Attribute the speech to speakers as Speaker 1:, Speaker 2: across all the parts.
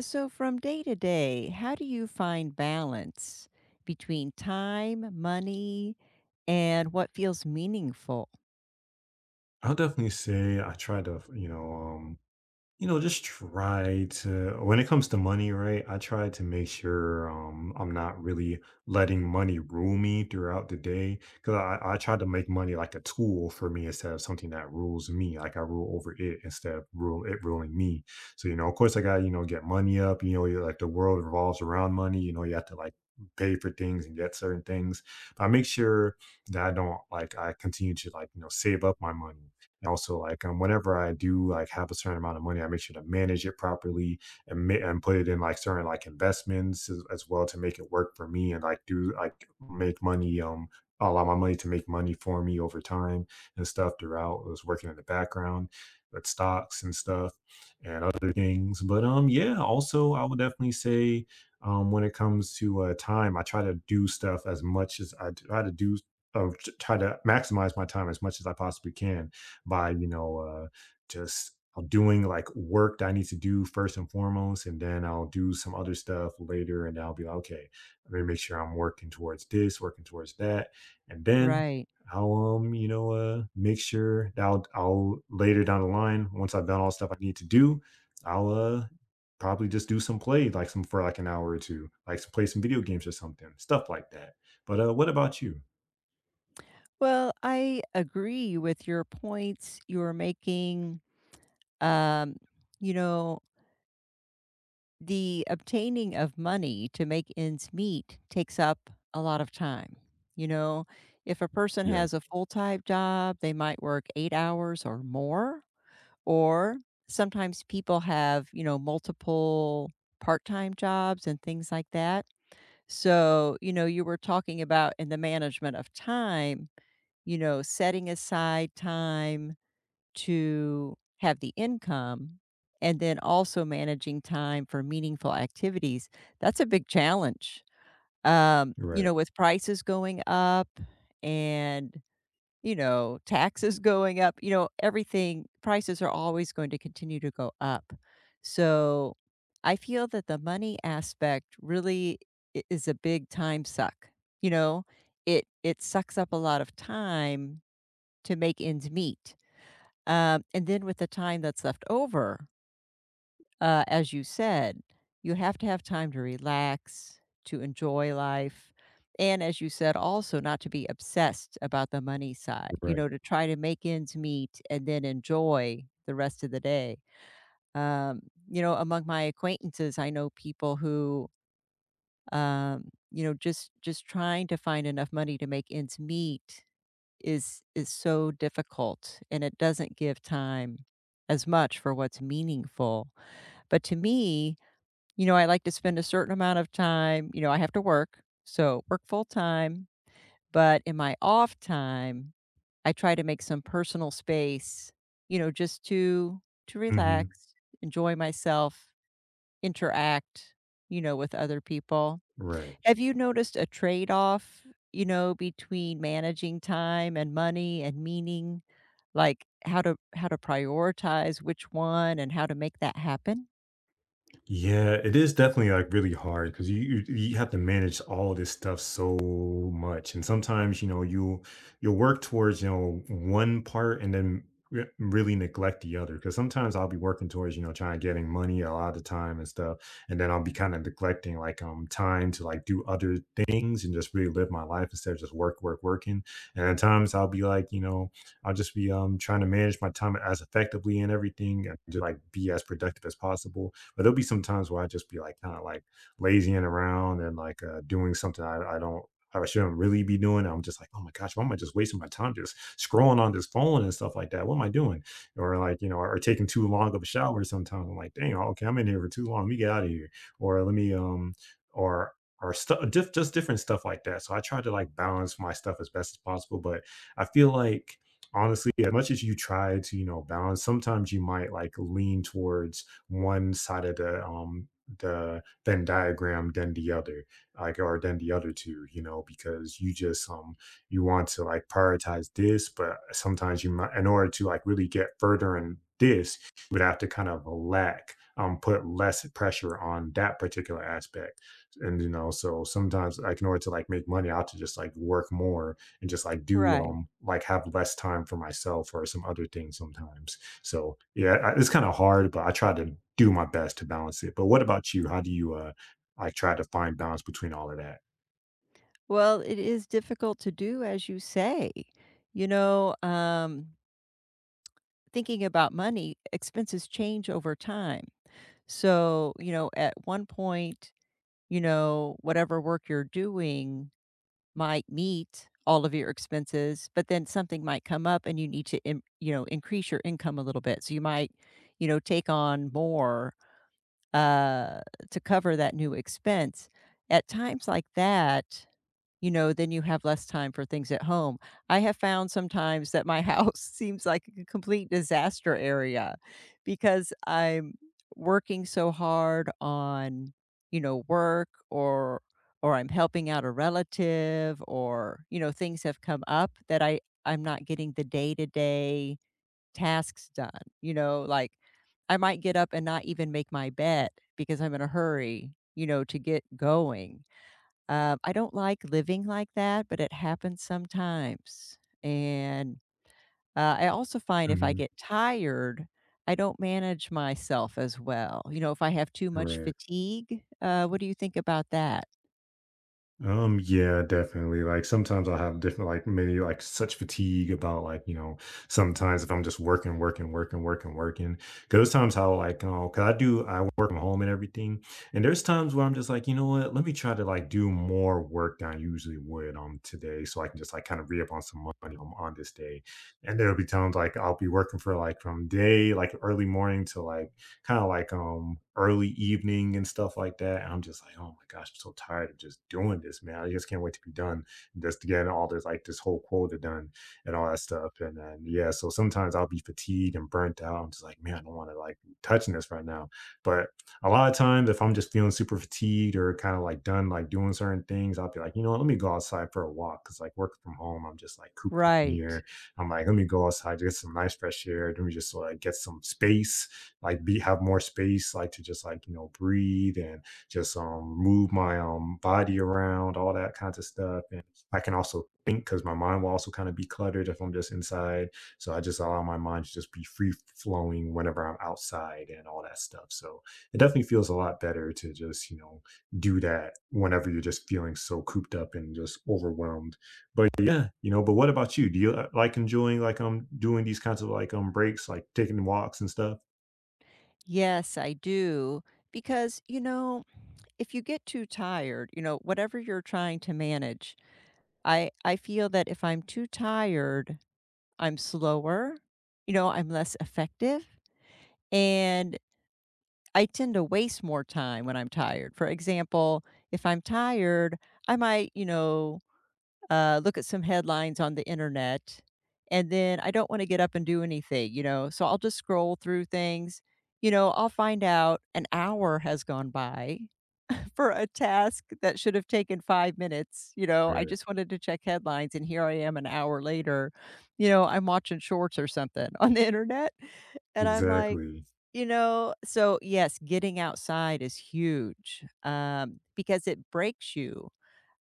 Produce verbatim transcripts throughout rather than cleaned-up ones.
Speaker 1: So, from day to day, how do you find balance between time, money, and what feels meaningful?
Speaker 2: I'll definitely say I try to, you know, um, you know, just try to when it comes to money, right? I try to make sure um I'm not really letting money rule me throughout the day. Cause I, I try to make money like a tool for me instead of something that rules me. Like I rule over it instead of rule it ruling me. So, you know, of course I got you know, get money up, you know, you- like the world revolves around money, you know, you have to like pay for things and get certain things. But I make sure that I don't like I continue to like, you know, save up my money and also, like um, whenever I do like have a certain amount of money, I make sure to manage it properly and ma- and put it in like certain like investments as, as well to make it work for me and like do like make money um allow my money to make money for me over time and stuff throughout. I was working in the background with stocks and stuff and other things. But um yeah, also I would definitely say um when it comes to uh time, I try to do stuff as much as I try to do uh, try to maximize my time as much as I possibly can by you know uh, just uh, doing like work that I need to do first and foremost, and then I'll do some other stuff later, and I'll be like, okay, let me make sure I'm working towards this, working towards that, and then
Speaker 1: Right.
Speaker 2: I'll um you know uh make sure that I'll, I'll later down the line once I've done all the stuff I need to do, I'll uh probably just do some play like some for like an hour or two, like some, play some video games or something, stuff like that. But uh, what about you?
Speaker 1: Well, I agree with your points you were making. Um, you know, the obtaining of money to make ends meet takes up a lot of time. You know, if a person
Speaker 2: Yeah,
Speaker 1: has a full time job, they might work eight hours or more. Or sometimes people have, you know, multiple part-time jobs and things like that. So, you know, you were talking about in the management of time, you know, setting aside time to have the income and then also managing time for meaningful activities. That's a big challenge. Um, you
Speaker 2: right,
Speaker 1: know, with prices going up and you know, taxes going up, you know, everything prices are always going to continue to go up. So, I feel that the money aspect really I is a big time suck, you know? It it sucks up a lot of time to make ends meet. Um, and then with the time that's left over, uh, as you said, you have to have time to relax, to enjoy life. And as you said, also not to be obsessed about the money side, you
Speaker 2: right,
Speaker 1: know, to try to make ends meet and then enjoy the rest of the day. Um, you know, among my acquaintances, I know people who, um, you know, just just trying to find enough money to make ends meet is is so difficult, and it doesn't give time as much for what's meaningful. But to me, you know, I like to spend a certain amount of time, you know, I have to work, so work full time, but in my off time, I try to make some personal space, you know, just to to
Speaker 2: hmm,
Speaker 1: relax, enjoy myself, interact, you know, with other people.
Speaker 2: right.
Speaker 1: Have you noticed a trade-off, you know, between managing time and money and meaning, like how to how to prioritize which one and how to make that happen?
Speaker 2: Yeah, it is definitely like really hard because you, you you have to manage all this stuff so much, and sometimes you know you you'll work towards you know one part and then re- really neglect the other. Because sometimes I'll be working towards you know trying to getting money a lot of the time and stuff, and then I'll be kind of neglecting like um time to like do other things and just really live my life instead of just work work working. And at times I'll be like you know I'll just be um trying to manage my time as effectively and everything and to like be as productive as possible but there'll be some times where I just be like kind of like lazying around and like uh, doing something I, I don't I shouldn't really be doing. I'm just like, oh my gosh, why am I just wasting my time just scrolling on this phone and stuff like that? What am I doing? Or like, you know, or, taking too long of a shower sometimes. I'm like, dang, okay, I'm in here for too long. Let me get out of here. Or let me um or or stuff just just different stuff like that. So I try to like balance my stuff as best as possible. But I feel like honestly, as much as you try to, you know, balance, sometimes you might like lean towards one side of the um the Venn diagram than the other, like or than the other two, you know, because you just um you want to like prioritize this, but sometimes you might in order to like really get further in this, you would have to kind of lack um put less pressure on that particular aspect. And you know, so sometimes like in order to like make money, I have to just like work more and just like do
Speaker 1: Right.
Speaker 2: um like have less time for myself or some other things sometimes. So yeah, I, it's kind of hard, but I try to do my best to balance it. But what about you? How do you uh, I try to find balance between all of that?
Speaker 1: Well, it is difficult to do, as you say. You know, um, thinking about money, expenses change over time. So, you know, at one point, you know, whatever work you're doing might meet all of your expenses, but then something might come up and you need to, in, you know, increase your income a little bit. So you might, you know, take on more uh, to cover that new expense. At times like that, you know, then you have less time for things at home. I have found sometimes that my house seems like a complete disaster area because I'm working so hard on, you know, work or or I'm helping out a relative or, you know, things have come up that I I'm not getting the day-to-day tasks done, you know, like, I might get up and not even make my bed because I'm in a hurry, you know, to get going. Um, I don't like living like that, but it happens sometimes, and, uh, I also find if I
Speaker 2: Hmm.
Speaker 1: get tired, I don't manage myself as well, you know, if I have too much
Speaker 2: Right.
Speaker 1: fatigue, uh, what do you think about that?
Speaker 2: Um, yeah, definitely. Like sometimes I'll have different, like many, like such fatigue about like, you know, sometimes if I'm just working, working, working, working, working, 'cause there's times how like, oh, cause I do, I work from home and everything. And there's times where I'm just like, you know what, let me try to like do more work than I usually would on today. So I can just like kind of re up on some money on, on this day. And there'll be times like I'll be working for like from day, like early morning to like kind of like um early evening and stuff like that. And I'm just like, oh my gosh, I'm so tired of just doing this, man. I just can't wait to be done. Just to get all this like this whole quota done and all that stuff. And then yeah, so sometimes I'll be fatigued and burnt out. I'm just like, man, I don't want to like be touching this right now. But a lot of times if I'm just feeling super fatigued or kind of like done like doing certain things, I'll be like, you know what, let me go outside for a walk. Cause like working from home, I'm just like cooped up in
Speaker 1: Right.
Speaker 2: here. I'm like, let me go outside, get some nice fresh air. Let me just like get some space like be have more space like to just like you know breathe and just um move my um body around all that kinds of stuff and I can also think because my mind will also kind of be cluttered if I'm just inside so I just allow my mind to just be free flowing whenever I'm outside and all that stuff so it definitely feels a lot better to just you know do that whenever you're just feeling so cooped up and just overwhelmed but yeah you know but what about you, do you uh, like enjoying like um doing these kinds of like um breaks like taking walks and stuff?
Speaker 1: Yes, I do, because, you know, if you get too tired, you know, whatever you're trying to manage I I feel that if I'm too tired, I'm slower, you know, I'm less effective, and I tend to waste more time when I'm tired. For example, if I'm tired, I might, you know, uh, look at some headlines on the internet, and then I don't want to get up and do anything, you know, so I'll just scroll through things. You know, I'll find out an hour has gone by for a task that should have taken five minutes, you know, I
Speaker 2: Right.
Speaker 1: just wanted to check headlines, and here I am an hour later, you know, I'm watching shorts or something on the internet, and I'm like,
Speaker 2: Exactly,
Speaker 1: you know so, yes, getting outside is huge, um, because it breaks you,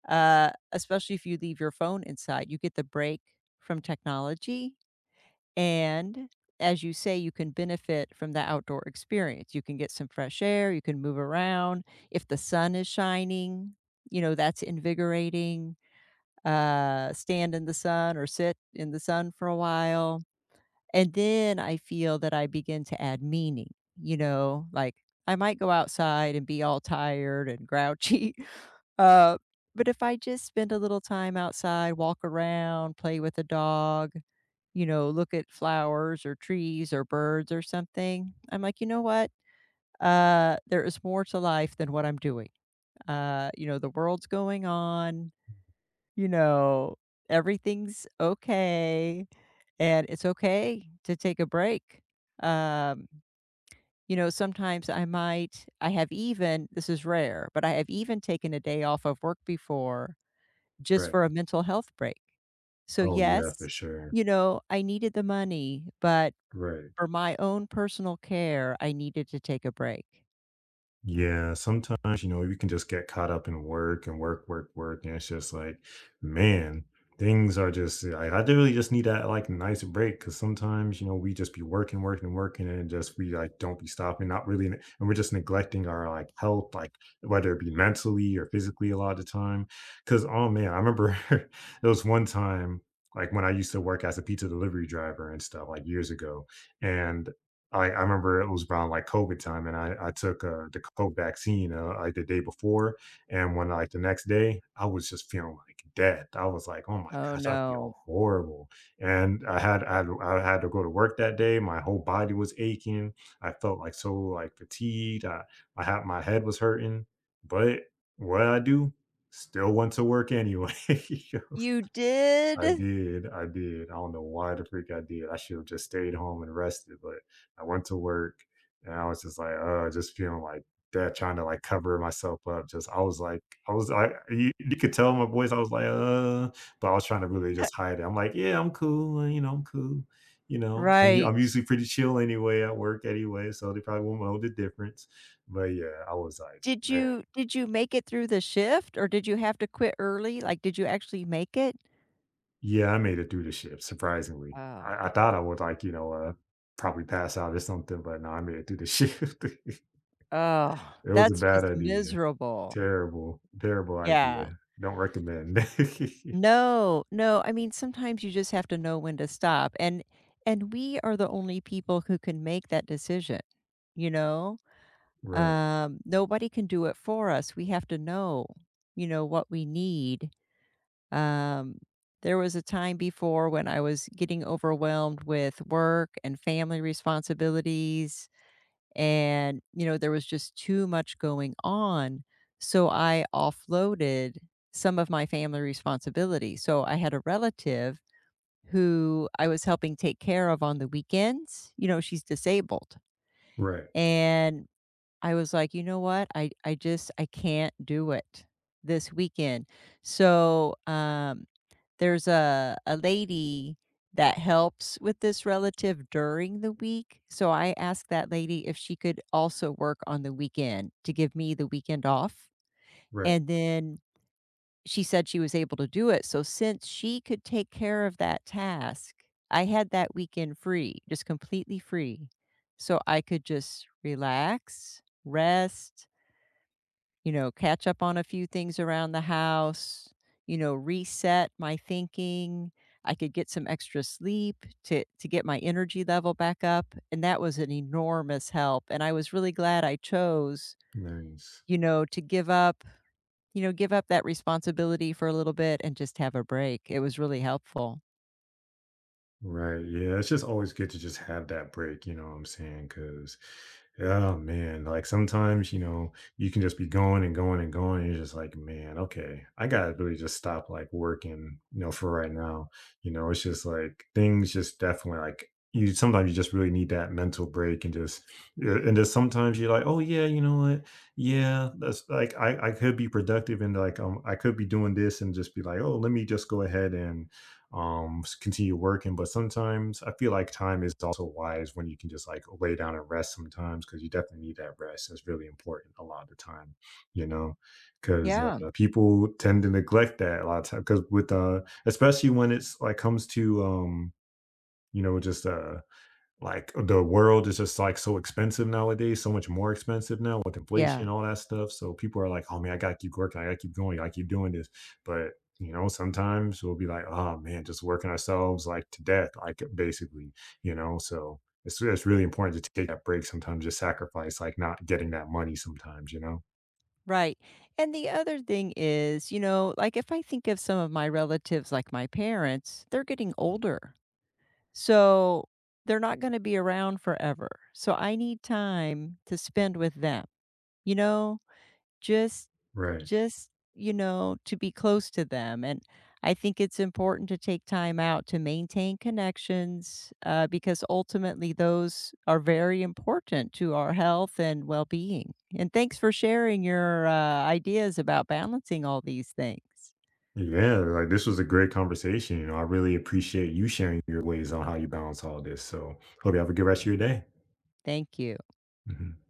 Speaker 1: uh, especially if you leave your phone inside, you get the break from technology, and as you say, you can benefit from the outdoor experience. You can get some fresh air, you can move around. If the sun is shining, you know, that's invigorating. Uh, stand in the sun or sit in the sun for a while. And then I feel that I begin to add meaning, you know, like I might go outside and be all tired and grouchy. Uh, but if I just spend a little time outside, walk around, play with a dog, you know, look at flowers or trees or birds or something, I'm like, "You know what? Uh, there is more to life than what I'm doing. Uh, you know, the world's going on, you know, everything's okay, and it's okay to take a break." Um, you know, sometimes I might I have even this is rare, but I have even taken a day off of work before just
Speaker 2: right.
Speaker 1: for a mental health break. So,
Speaker 2: Oh, yeah, for
Speaker 1: yes,
Speaker 2: sure.
Speaker 1: you know, I needed the money, but
Speaker 2: Right.
Speaker 1: for my own personal care, I needed to take a break.
Speaker 2: Yeah, sometimes, you know, you can just get caught up in work and work, work, work, and it's just like, man, things are just I, I really just need that like nice break because sometimes, you know, we just be working, working, working, and just we like don't be stopping, not really, and we're just neglecting our like health, like whether it be mentally or physically a lot of the time. Because oh man, I remember there was one time like when I used to work as a pizza delivery driver and stuff like years ago. And I I remember it was around, like, COVID time, and I I took, uh, the COVID vaccine, uh, like, the day before, and when, like, the next day, I was just feeling like death. I was like, "Oh my
Speaker 1: Oh,
Speaker 2: gosh, I
Speaker 1: no.
Speaker 2: feel horrible," and I had I had I had to go to work that day, my whole body was aching, I felt, like, so, like, fatigued, I I had my head was hurting, but what'd I do? Still went to work anyway.
Speaker 1: You
Speaker 2: I
Speaker 1: did?
Speaker 2: did, I did. I don't know why the freak I did. I should have just stayed home and rested, but I went to work and I was just like, uh, just feeling like that, trying to like cover myself up. Just I was like, I was like, you, you could tell in my voice, I was like, uh, but I was trying to really just hide it. I'm like, yeah, I'm cool, uh, you know, I'm cool. You know, I'm, u- I'm
Speaker 1: Right.
Speaker 2: usually pretty chill anyway at work anyway, so they probably won't know the difference. But yeah, I was like,
Speaker 1: Did
Speaker 2: man.
Speaker 1: you did you make it through the shift or did you have to quit early? Like did you actually make it?
Speaker 2: Yeah, I made it through the shift, surprisingly.
Speaker 1: Oh.
Speaker 2: I, I thought I would like, you know, uh, probably pass out or something, but no, I made it through the shift.
Speaker 1: Oh,
Speaker 2: It was a
Speaker 1: that's
Speaker 2: bad
Speaker 1: just
Speaker 2: idea.
Speaker 1: miserable.
Speaker 2: Terrible, terrible idea.
Speaker 1: Yeah.
Speaker 2: Don't recommend.
Speaker 1: No, no, I mean, sometimes you just have to know when to stop, and and we are the only people who can make that decision, you know?
Speaker 2: Right,
Speaker 1: Um, nobody can do it for us, we have to know, you know, what we need. Um, there was a time before when I was getting overwhelmed with work and family responsibilities, and, you know, there was just too much going on, so I offloaded some of my family responsibility. So I had a relative who I was helping take care of on the weekends, you know, she's disabled,
Speaker 2: right,
Speaker 1: and I was like, "You know what? I I just I can't do it this weekend." So, um there's a a lady that helps with this relative during the week, so I asked that lady if she could also work on the weekend to give me the weekend off,
Speaker 2: right.
Speaker 1: and then she said she was able to do it, so since she could take care of that task, I had that weekend free, just completely free, so I could just relax, rest, you know, catch up on a few things around the house, you know, reset my thinking. I could get some extra sleep to to get my energy level back up, and that was an enormous help, and I was really glad I chose,
Speaker 2: Nice.
Speaker 1: you know, to give up, you know, give up that responsibility for a little bit and just have a break. It was really helpful.
Speaker 2: Right. Yeah. It's just always good to just have that break. You know what I'm saying? Because, oh man, like sometimes, you know, you can just be going and going and going. And you're just like, man, okay, I got to really just stop like working, you know, for right now. You know, it's just like things just definitely like you sometimes you just really need that mental break and just, yeah, and just sometimes you're like, oh yeah, you know what? Yeah. That's like, I, I could be productive and like, um, I could be doing this and just be like, oh, let me just go ahead and, um s- continue working but sometimes I feel like time is also wise when you can just like lay down and rest sometimes because you definitely need that rest, it's really important a lot of the time, you know, because
Speaker 1: Yeah.
Speaker 2: uh, people tend to neglect that a lot of time because with uh especially when it's like comes to um you know just uh like, the world is just, like, so expensive nowadays, so much more expensive now with
Speaker 1: Yeah.
Speaker 2: inflation, all that stuff, so people are like, "Oh, man, I gotta keep working, I gotta keep going, I gotta keep doing this," but, you know, sometimes we'll be like, "Oh, man, just working ourselves, like, to death," like, basically, you know, so it's it's really important to take that break sometimes, just sacrifice, like, not getting that money sometimes, you know?
Speaker 1: Right. And the other thing is, you know, like if I think of some of my relatives, like my parents, they're getting older. So, they're not gonna be around forever, so I need time to spend with them, you know? Just
Speaker 2: Right.
Speaker 1: just, you know, to be close to them, and I think it's important to take time out to maintain connections, uh, because ultimately those are very important to our health and well-being, and thanks for sharing your, uh, ideas about balancing all these things.
Speaker 2: Yeah, like, this was a great conversation, you know, I really appreciate you sharing your ways on how you balance all this, so hope you have a good rest of your day.
Speaker 1: Thank you.
Speaker 2: Mhm.